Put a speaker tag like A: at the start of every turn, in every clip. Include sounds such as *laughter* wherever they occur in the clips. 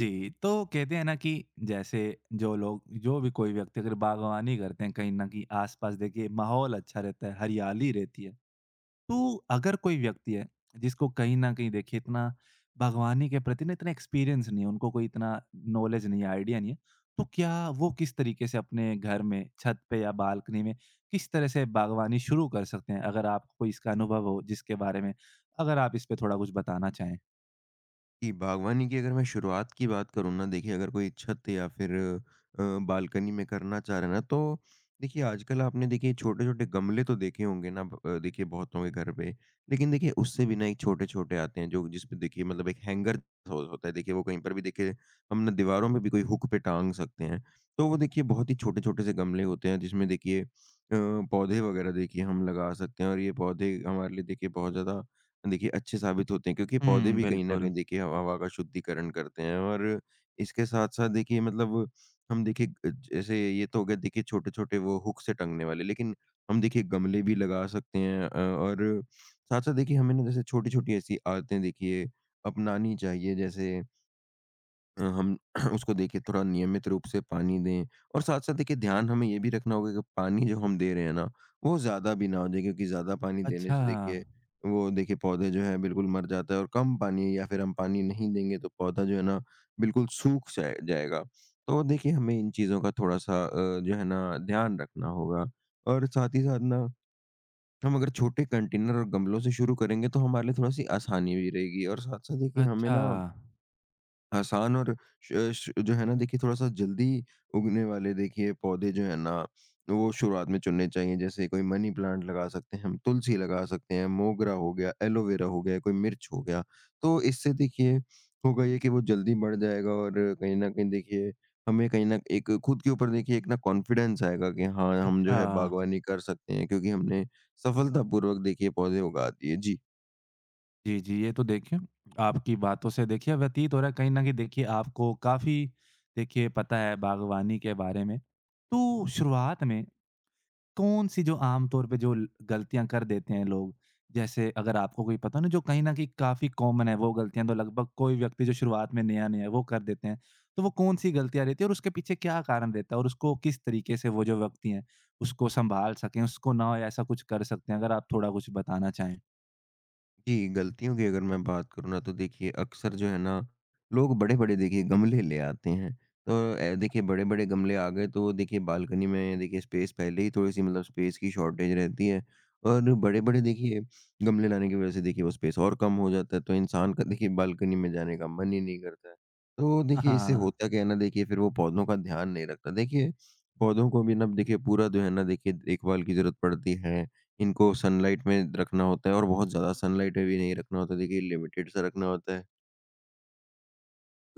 A: जी, तो कहते हैं ना कि जैसे जो भी कोई व्यक्ति अगर बागवानी करते हैं कहीं न कहीं आस-पास देखिए माहौल अच्छा रहता है, हरियाली रहती है। तो अगर कोई व्यक्ति है जिसको कहीं न कहीं देखिए इतना बागवानी के प्रति ना इतना एक्सपीरियंस नहीं है, उनको कोई इतना नॉलेज नहीं है, आइडिया नहीं है। तो क्या वो किस तरीके से अपने घर में छत पे या बालकनी में किस तरह से बागवानी शुरू कर सकते हैं? अगर आपको कोई इसका अनुभव हो जिसके बारे में अगर आप इस पे थोड़ा कुछ बताना चाहें?
B: जी, बागवानी की अगर मैं शुरुआत की बात करूँ ना, देखिए अगर कोई छत या फिर बालकनी में करना चाह रहे हैं ना, तो देखिए आजकल आपने देखिए छोटे-छोटे गमले तो देखे होंगे ना, देखिए बहुतों के घर पे। लेकिन देखिए उससे भी ना एक छोटे-छोटे आते हैं जो जिसपे देखिए मतलब एक हैंगर हो होता है, देखिए वो कहीं पर भी देखिए हम ना दीवारों में भी कोई हुक पे टाँग सकते हैं। तो वो देखिए बहुत ही छोटे-छोटे से गमले होते हैं जिसमें देखिए पौधे वगैरह देखिए हम लगा सकते हैं, और ये पौधे हमारे लिए देखिए बहुत ज़्यादा देखिए अच्छे साबित होते हैं, क्योंकि पौधे
A: हुँ,
B: भी कहीं न
A: बिल्कुल।
B: कहीं देखिए हवा हवा का शुद्धिकरण करते हैं। और इसके साथ-साथ देखिए मतलब हम देखिए, जैसे ये तो हो गया देखिए छोटे-छोटे वो हुक से टंगने वाले, लेकिन हम देखिए गमले भी लगा सकते हैं और साथ-साथ देखिए हमें ना जैसे छोटी-छोटी ऐसी आदतें देखिए अपनानी चाहिए, जैसे हम *clears throat* उसको देखिए थोड़ा नियमित रूप से पानी दें। और साथ-साथ देखिए ध्यान हमें ये भी रखना होगा कि पानी जो हम दे रहे हैं ना, वो ज़्यादा भी ना हो जाए, क्योंकि ज़्यादा पानी देने
A: अच्छा।
B: से देखिए वो देखिए पौधे जो है बिल्कुल मर जाता है, और कम पानी या फिर हम पानी नहीं देंगे तो पौधा जो है ना बिल्कुल सूख जाएगा। तो देखिए हमें इन चीज़ों का थोड़ा-सा जो है ना ध्यान रखना होगा। और साथ ही साथ ना हम अगर छोटे कंटेनर और गमलों से शुरू करेंगे, तो हमारे लिए थोड़ा-सी आसानी भी रहेगी, और साथ-साथ देखिए हमें
A: अच्छा,
B: ना आसान और श श जो है ना देखिए थोड़ा-सा जल्दी उगने वाले देखिए पौधे जो है ना, वो शुरुआत में चुनने चाहिए। जैसे कोई मनी प्लांट लगा सकते हैं हम, तुलसी लगा सकते हैं, मोगरा हो गया, एलोवेरा हो गया, कोई मिर्च हो गया। तो इससे देखिए होगा ये कि वो जल्दी बढ़ जाएगा, और कहीं न कहीं देखिए हमें कहीं न एक खुद के ऊपर देखिए एक ना कॉन्फिडेंस आएगा कि हाँ, हम जो
A: अच्छा।
B: है बागवानी कर सकते हैं, क्योंकि हमने सफलतापूर्वक देखिए पौधे उगा दिए। जी।
A: जी, जी, ये तो देखिए आपकी बातों से देखिए व्यतीत हो रहा है, कहीं न कहीं देखिए आपको काफ़ी देखिए पता है बागवानी के बारे में। तो शुरुआत में कौन-सी जो आम तौर पे जो ल गलतियाँ कर देते हैं लोग, जैसे अगर आपको कोई पता हो ना जो कहीं न कहीं काफ़ी कॉमन है वो गलतियाँ, तो लगभग कोई व्यक्ति जो शुरुआत में नया-नया है वो कर देते हैं। तो वो कौन-सी गलतियाँ रहती है और उसके पीछे क्या कारण रहता है? और उसको किस तरीके से वो जो व्यक्ति हैं उसको सँभाल सकें, उसको ना हो ऐसा कुछ कर सकते हैं? अगर आप थोड़ा कुछ बताना चाहें।
B: जी, गलतियों की अगर मैं बात करूँ ना, तो देखिए अक्सर जो है ना, लोग बड़े-बड़े देखिए गमले ले आते हैं। तो देखिए बड़े-बड़े गमले आ गए, तो देखिए बालकनी में देखिए स्पेस पहले ही थोड़ी-सी मतलब स्पेस की शॉर्टेज रहती है, और बड़े-बड़े देखिए गमले लाने की वज़ह से देखिए वो स्पेस और कम हो जाता है, तो इंसान का देखिए बालकनी में जाने का मन ही नहीं करता है। तो देखिए इससे
A: हाँ।
B: होता क्या है ना, देखिए फिर वो पौधों का ध्यान नहीं रखता। देखिए पौधों को भी ना देखिए पूरा जो है ना देखिए देखभाल की ज़रूरत पड़ती है। इनको सनलाइट में रखना होता है, और बहुत ज़्यादा सनलाइट में भी नहीं रखना होता। देखिए लिमिटेड सा रखना होता है,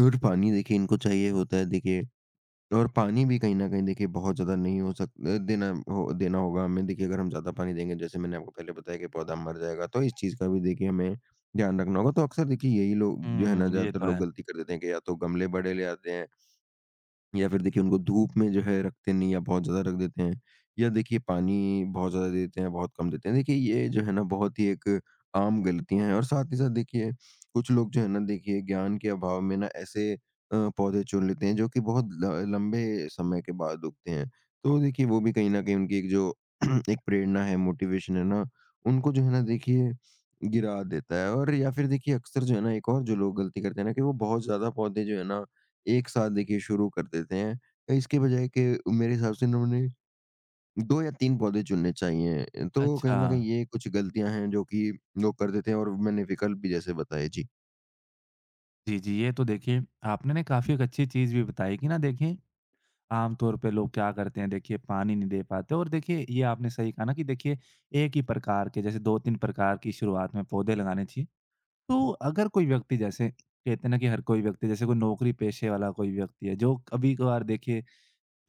B: और पानी देखिए इनको चाहिए होता है देखिए, और पानी भी कहीं न कहीं देखिए बहुत ज़्यादा नहीं हो सक अ, देना हो देना होगा हमें। देखिए अगर हम ज़्यादा पानी देंगे, जैसे मैंने आपको पहले बताया कि पौधा मर जाएगा, तो इस चीज़ का भी देखिए हमें ध्यान रखना होगा। तो अक्सर देखिए यही लोग जो है ना
A: हुँ, ये
B: ज़्यादातर
A: तो
B: लोग
A: है।
B: गलती कर देते हैं कि या तो गमले बड़े ले आते हैं, या फिर देखिए उनको धूप में जो है रखते नहीं या बहुत ज़्यादा रख देते हैं, या देखिए पानी बहुत ज़्यादा देते हैं, बहुत कम देते हैं। देखिए ये जो है ना बहुत ही एक आम गलतियाँ हैं, और साथ ही साथ देखिए कुछ लोग जो है ना देखिए ज्ञान के अभाव में ना ऐसे पौधे चुन लेते हैं जो कि बहुत ल लंबे समय के बाद उगते हैं। तो देखिए वो भी कहीं न कहीं उनकी एक जो *clears throat* एक प्रेरणा है, मोटिवेशन है ना, उनको जो है ना देखिए गिरा देता है। और या फिर देखिए अक्सर जो है ना एक और जो लोग गलती करते हैं ना कि वो बहुत ज़्यादा पौधे जो है ना एक साथ देखिए शुरू कर देते हैं। इसके बजाय कि मेरे हिसाब से इन्होंने 2 या 3 पौधे चुनने चाहिए। तो कहीं
A: अच्छा।
B: न कहीं ये कुछ गलतियाँ हैं जो कि लोग कर देते हैं, और मैंने विकल्प भी जैसे बताए। जी।
A: जी, जी, ये तो देखिए आपने ना काफ़ी एक अच्छी चीज़ भी बताई कि ना देखिए आम तौर पे लोग क्या करते हैं, देखिए पानी नहीं दे पाते। और देखिए ये आपने सही कहा ना कि देखिए एक ही प्रकार के जैसे 2-3 प्रकार की शुरुआत में पौधे लगाने चाहिए। तो अगर कोई व्यक्ति, जैसे कहते हैं ना कि हर कोई व्यक्ति, जैसे कोई नौकरी पेशे वाला कोई व्यक्ति है जो कभी-कभार देखिए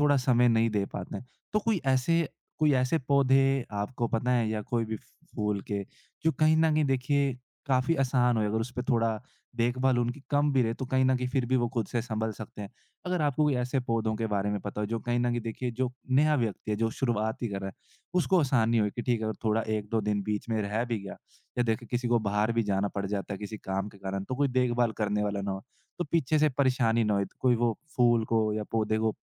A: थोड़ा समय नहीं दे पाते हैं। तो कोई ऐसे पौधे आपको पता है, या कोई भी फूल के जो कहीं न कहीं देखिए काफ़ी आसान हो, अगर उसपे थोड़ा देखभाल उनकी कम भी रहे तो कहीं न कहीं फिर भी वो खुद से सँभल सकते हैं। अगर आपको कोई ऐसे पौधों के बारे में पता हो जो कहीं न कहीं देखिए, जो नया व्यक्ति है जो शुरुआत ही कर रहा है, उसको आसानी हो कि ठीक है अगर थोड़ा 1-2 दिन बीच में रह भी गया या देखिए किसी को बाहर भी जाना पड़ जाता है किसी काम के कारण तो कोई देखभाल करने वाला ना हो, तो पीछे से परेशानी ना हो, तो कोई वो फूल को या पौधे को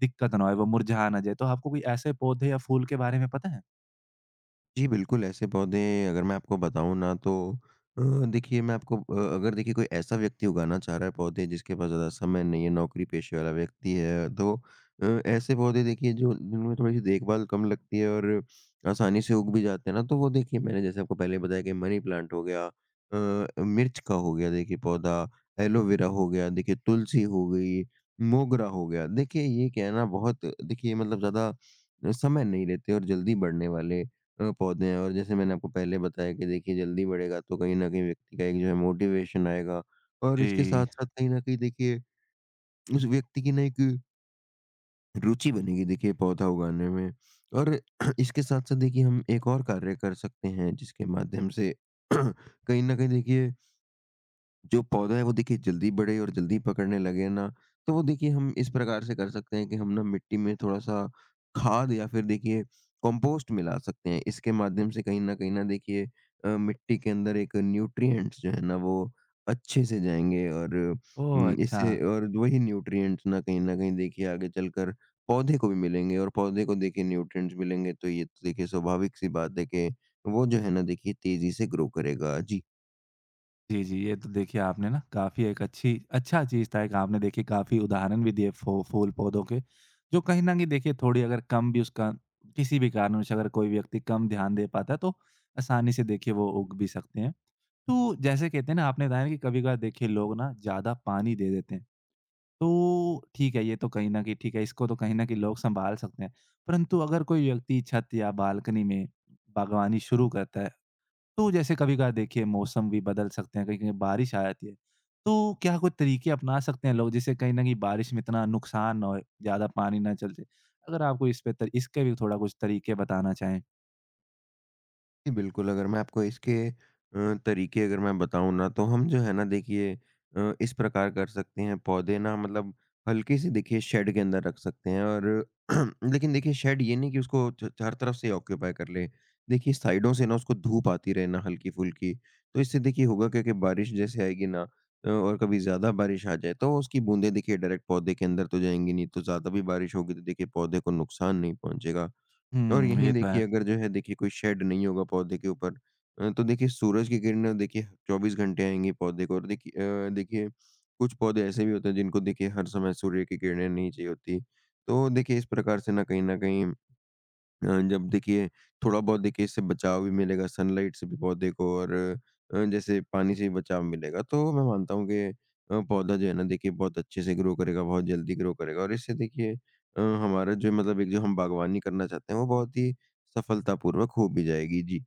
A: दिक्कत ना होए, वो मुरझा ना जाए। तो आपको कोई ऐसे पौधे या फूल के बारे में पता है?
B: जी, बिल्कुल, ऐसे पौधे अगर मैं आपको बताऊँ ना तो, अ, देखिए मैं आपको, अगर देखिए कोई ऐसा व्यक्ति उगाना चाह रहा है पौधे जिसके पास ज़्यादा समय नहीं है, नौकरी पेशे वाला व्यक्ति है, तो ऐसे पौधे देखिए जो जिनमें थोड़ी-सी देखभाल कम लगती है और आसानी से उग भी जाते हैं ना, तो वो देखिए मैंने जैसे आपको पहले बताया कि मनी प्लांट हो गया, मिर्च का हो गया देखिए पौधा, एलोवेरा हो गया, देखिए तुलसी हो गई, मोगरा हो गया। देखिए ये क्या है ना बहुत देखिए मतलब ज़्यादा समय नहीं लेते और जल्दी बढ़ने वाले पौधे हैं, और जैसे मैंने आपको पहले बताया कि देखिए जल्दी बढ़ेगा, तो कहीं न कहीं व्यक्ति का एक जो है मोटिवेशन आएगा, और इसके
A: जी।
B: साथ-साथ कहीं न कहीं देखिए उस व्यक्ति की ना एक रुचि बनेगी देखिए पौधा उगाने में। और *clears throat* इसके साथ-साथ देखिए हम एक और कार्य कर सकते हैं, जिसके माध्यम से *clears throat* कहीं न कहीं देखिए जो पौधा है वो देखिए जल्दी बढ़े और जल्दी पकड़ने लगे ना, तो वो देखिए हम इस प्रकार से कर सकते हैं कि हम ना मिट्टी में थोड़ा-सा खाद या फिर देखिए कंपोस्ट मिला सकते हैं। इसके माध्यम से कहीं न कहीं ना देखिए, मिट्टी के अंदर एक न्यूट्रिएंट्स जो है ना वो अच्छे से जाएँगे, और
A: ओह! अच्छा।
B: इससे और वही न्यूट्रिएंट्स ना कहीं न कहीं देखिए आगे चलकर पौधे को भी मिलेंगे, और पौधे को देखिए न्यूट्रिएंट्स मिलेंगे, तो ये तो देखिए स्वाभाविक सी बात है कि वो जो है ना देखिए तेज़ी से ग्रो करेगा। जी।
A: जी, जी। ये तो देखिए आपने ना काफ़ी एक अच्छी अच्छा चीज़ था एक, आपने देखिए काफ़ी उदाहरण भी दिए फू फूल पौधों के, जो कहीं न कहीं देखिए थोड़ी अगर कम भी उसका किसी भी कारणवश, अगर कोई व्यक्ति कम ध्यान दे पाता है, तो आसानी से देखिए वो उग भी सकते हैं। तो जैसे कहते हैं ना, आपने बताया कि कभी-कभार देखिए लोग ना ज़्यादा पानी दे देते हैं। तो ठीक है, ये तो कहीं न कहीं ठीक है, इसको तो कहीं न कहीं लोग संभाल सकते हैं। परंतु अगर कोई व्यक्ति छत या बालकनी में बागवानी शुरू करता है, तो जैसे कभी-कभार देखिए मौसम भी बदल सकते हैं, कहीं-कहीं बारिश आ जाती है। तो क्या कोई तरीके अपना सकते हैं लोग जिससे कहीं न कहीं बारिश में इतना नुकसान ना होए, ज़्यादा पानी ना चल जाए? अगर आपको इस पे त इसके भी थोड़ा कुछ तरीके बताना चाहें।
B: जी, बिल्कुल, अगर मैं आपको इसके तरीके अगर मैं बताऊँ ना, तो हम जो है ना देखिए इस प्रकार कर सकते हैं, पौधे ना मतलब हल्की-सी देखिए शेड के अंदर रख सकते हैं, और *clears throat* लेकिन देखिए शेड ये नहीं कि उसको च चारों तरफ से ऑक्यूपाई कर ले। देखिए साइडों से ना उसको धूप आती रहे ना हल्की-फुल्की, तो इससे देखिए होगा क्या कि बारिश जैसे आएगी ना, और कभी ज़्यादा बारिश आ जाए, तो उसकी बूँदें देखिए डायरेक्ट पौधे के अंदर तो जाएँगी नहीं, तो ज़्यादा भी बारिश होगी तो देखिए पौधे को नुकसान नहीं पहुँचेगा। और
A: हुँ, ये
B: यहीं
A: तो है।
B: देखिए अगर जो है देखिए कोई शेड नहीं होगा पौधे के ऊपर, तो देखिए सूरज की किरणें देखिए 24 घंटे आएँगी पौधे को, और देखिए देखिए कुछ पौधे ऐसे भी होते हैं जिनको देखिए हर समय सूर्य की किरणें नहीं चाहिए होती। तो देखिए इस प्रकार से ना कहीं न कहीं, जब देखिए थोड़ा बहुत देखिए इससे बचाव भी मिलेगा सनलाइट से भी पौधे को, और जैसे पानी से भी बचाव मिलेगा, तो मैं मानता हूँ कि पौधा जो है ना देखिए बहुत अच्छे से ग्रो करेगा, बहुत जल्दी ग्रो करेगा, और इससे देखिए हमारा जो मतलब एक जो हम बागवानी करना चाहते हैं वो बहुत ही सफलतापूर्वक हो भी जाएगी। जी।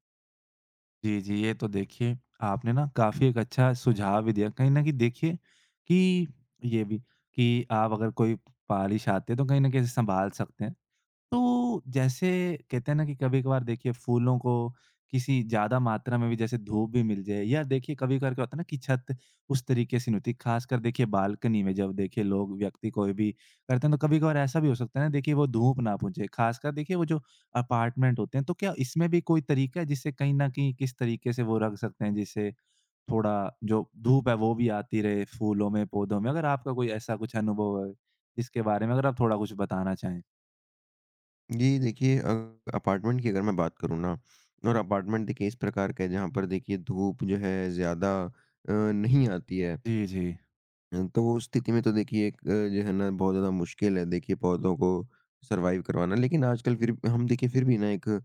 A: जी, जी। ये तो देखिए आपने ना काफ़ी एक अच्छा सुझाव भी दिया। कहीं न कहीं देखिए कि ये भी, कि आप अगर कोई पालिश आती है तो कहीं न कहीं इसे सँभाल सकते हैं। तो जैसे कहते हैं ना कि कभी-कभार देखिए फूलों को किसी ज़्यादा मात्रा में भी, जैसे धूप भी मिल जाए या देखिए कभी-कभार क्या होता है ना, कि छत उस तरीके से नहीं होती। ख़ासकर देखिए बालकनी में जब देखिए लोग व्यक्ति कोई भी करते हैं, तो कभी-कभार ऐसा भी हो सकता है ना देखिए वो धूप ना पहुँचे। ख़ासकर देखिए वो जो अपार्टमेंट होते हैं, तो क्या इसमें भी कोई तरीका है जिससे कहीं न कहीं किस तरीके से वो रख सकते हैं, जिससे थोड़ा जो धूप है वो भी आती रहे फूलों में, पौधों में? अगर आपका कोई ऐसा कुछ अनुभव है, इसके बारे में अगर आप थोड़ा कुछ बताना चाहें?
B: जी, देखिए अपार्टमेंट की अगर मैं बात करूँ ना, और अपार्टमेंट देखिए इस प्रकार का है जहाँ पर देखिए धूप जो है ज़्यादा नहीं आती है,
A: जी, जी।
B: तो वो स्थिति में तो देखिए एक, जो है ना बहुत ज़्यादा मुश्किल है देखिए पौधों को सर्वाइव करवाना। लेकिन आजकल फिर हम देखिए फिर भी ना एक,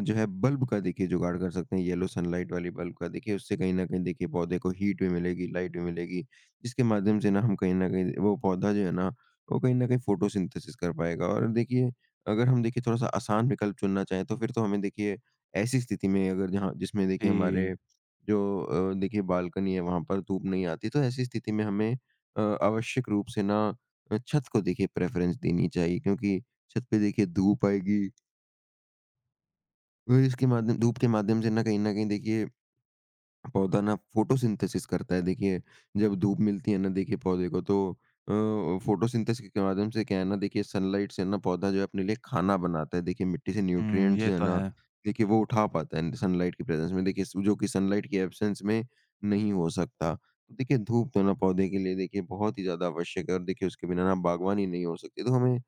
B: जो है बल्ब का देखिए जुगाड़ कर सकते हैं, येलो सनलाइट वाली बल्ब का। देखिए उससे कहीं न कहीं देखिए पौधे को हीट भी मिलेगी, लाइट भी मिलेगी। जिसके माध्यम से ना हम कहीं न कहीं वो पौधा जो है ना वो कहीं न कहीं फोटोसिंथेसिस कर पाएगा। और देखिए अगर हम देखिए थोड़ा-सा आसान विकल्प चुनना चाहें, तो फिर तो हमें देखिए ऐसी स्थिति में, अगर जहाँ जिसमें देखिए
A: जी।
B: हमारे जो, देखिए बालकनी है वहाँ पर धूप नहीं आती। तो ऐसी स्थिति में हमें आवश्यक रूप से ना, छत को देखिए प्रेफ़रेंस देनी चाहिए, क्योंकि छत पे देखिए धूप आएगी, और इसके माध्यम धूप के माध्यम से ना कहीं न कहीं देखिए पौधा ना फोटोसिंथेसिस करता है देखिए, जब धूप मिलती है ना देखिए पौधे को तो, अ, फोटोसिंथेसिस के माध्यम से क्या है ना, देखिए सनलाइट से ना पौधा जो है अपने लिए खाना बनाता है। देखिए मिट्टी से
A: हुँ,
B: न्यूट्रिएंट्स
A: ये
B: जो है
A: तो
B: ना
A: है।
B: देखिए वो उठा पाता है सनलाइट की प्रेज़ेंस में, देखिए जो कि सनलाइट की एब्सेंस में नहीं हो सकता। तो देखिए धूप तो ना पौधे के लिए देखिए बहुत ही ज़्यादा आवश्यक है, और देखिए उसके बिना ना बागवानी नहीं हो सकती। तो हमें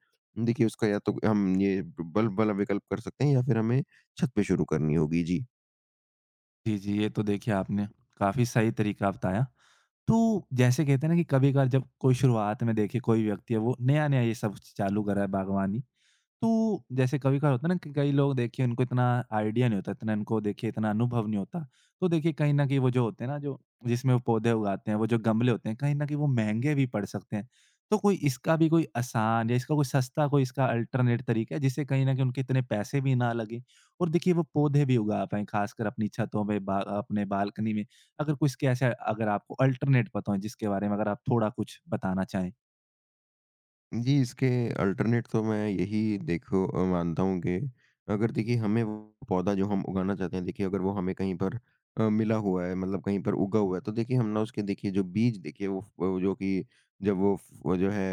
B: देखिए उसका या तो हम ये बल्ब वाला विकल्प कर सकते हैं, या फिर हमें छत पे शुरू करनी होगी। जी।
A: जी, जी, ये तो देखिए आपने काफ़ी सही तरीका बताया। तो जैसे कहते हैं ना कि कभी-कभार जब कोई शुरुआत में देखिए कोई व्यक्ति है वो नया-नया ये सब चालू कर रहा है बागवानी, तो जैसे कभी-कभार होता है ना कि कई लोग देखिए उनको इतना आइडिया नहीं होता, इतना इनको देखिए इतना अनुभव नहीं होता। तो देखिए कहीं न कहीं वो जो होते हैं ना, जो जिसमें वो पौधे उगाते हैं, वो जो गमले होते हैं, कहीं न कहीं वो महँगे भी पड़ सकते हैं। तो कोई इसका भी कोई आसान, या इसका कोई सस्ता, कोई इसका अल्टरनेट तरीका है जिससे कहीं न कहीं उनके इतने पैसे भी ना लगें और देखिए वो पौधे भी उगा पाएँ, ख़ासकर अपनी छतों में, बा अपने बालकनी में। अगर कुछ के ऐसा अगर आपको अल्टरनेट पता हो, जिसके बारे में अगर आप थोड़ा कुछ बताना चाहें?
B: जी, इसके अल्टरनेट तो मैं यही देखो, मानता हूँ कि अगर देखिए हमें वो पौधा जो हम उगाना चाहते हैं देखिए, अगर वो हमें कहीं पर, मिला हुआ है मतलब कहीं पर उगा हुआ है, तो देखिए हम ना उसके देखिए जो बीज देखिए, वो जो कि जब वो जो है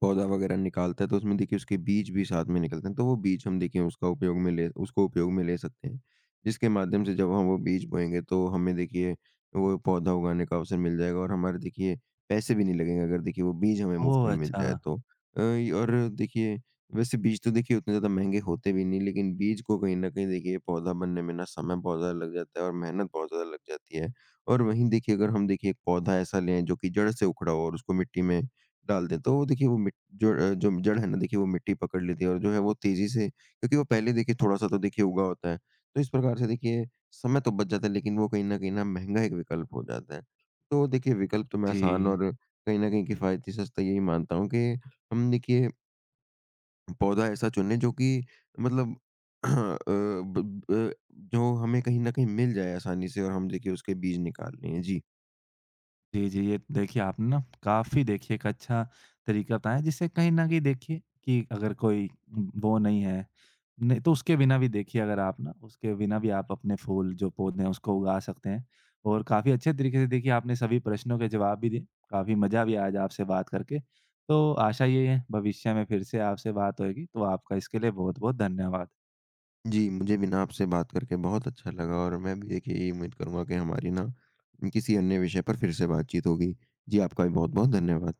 B: पौधा वगैरह निकालता है, तो उसमें देखिए उसके बीज भी साथ में निकलते हैं, तो वो बीज हम देखिए उसका उपयोग में ले उसको उपयोग में ले सकते हैं, जिसके माध्यम से जब हम वो बीज बोएँगे तो हमें देखिए वो पौधा उगाने का अवसर मिल जाएगा, और हमारे देखिए पैसे भी नहीं लगेंगे अगर देखिए वो बीज हमें मुफ़्त
A: ओह!
B: में मिल
A: अच्छा।
B: जाए तो। अ, य और देखिए वैसे बीज तो देखिए उतने ज़्यादा महँगे होते भी नहीं, लेकिन बीज को कहीं न कहीं देखिए पौधा बनने में ना समय बहुत ज़्यादा लग जाता है, और मेहनत बहुत ज़्यादा लग जाती है। और वहीं देखिए अगर हम देखिए एक पौधा ऐसा लें जो कि जड़ से उखड़ा हो, और उसको मिट्टी में डाल दें, तो वो देखिए, वो मिट जड़ अ, जो जड़ है ना देखिए वो मिट्टी पकड़ लेती है, और जो है वो तेज़ी से, क्योंकि वो पहले देखिए थोड़ा-सा तो देखिए उगा होता है। तो इस प्रकार से देखिए समय तो बच जाता है, लेकिन वो कहीं न कहीं ना महँगा एक विकल्प हो जाता है। तो देखिए विकल्प तो मैं आसान
A: जी।
B: और कहीं न कहीं किफ़ायती सस्ता यही मानता हूँ, कि हम देखिए पौधा ऐसा चुनें जो कि मतलब *clears throat* अ, ब ब जो हमें कहीं न कहीं मिल जाए आसानी से, और हम देखिए उसके बीज निकाल लें। जी।
A: जी, जी। ये देखिए आपने ना काफ़ी देखिए एक अच्छा तरीका बताया, जिससे कहीं न कहीं देखिए कि अगर कोई वो नहीं है, नहीं तो उसके बिना भी देखिए अगर आप ना उसके बिना भी आप अपने फूल जो पौधे हैं उसको उगा सकते हैं। और काफ़ी अच्छे तरीके से देखिए आपने सभी प्रश्नों के जवाब भी दिए, काफ़ी मज़ा भी आया आज आपसे बात करके। तो आशा ये है भविष्य में फिर से आपसे बात होएगी, तो आपका इसके लिए बहुत-बहुत धन्यवाद।
B: जी, मुझे भी ना आपसे बात करके बहुत अच्छा लगा, और मैं भी देखिए यही उम्मीद करूँगा कि हमारी ना किसी अन्य विषय पर फिर से बातचीत होगी। जी, आपका भी बहुत-बहुत धन्यवाद।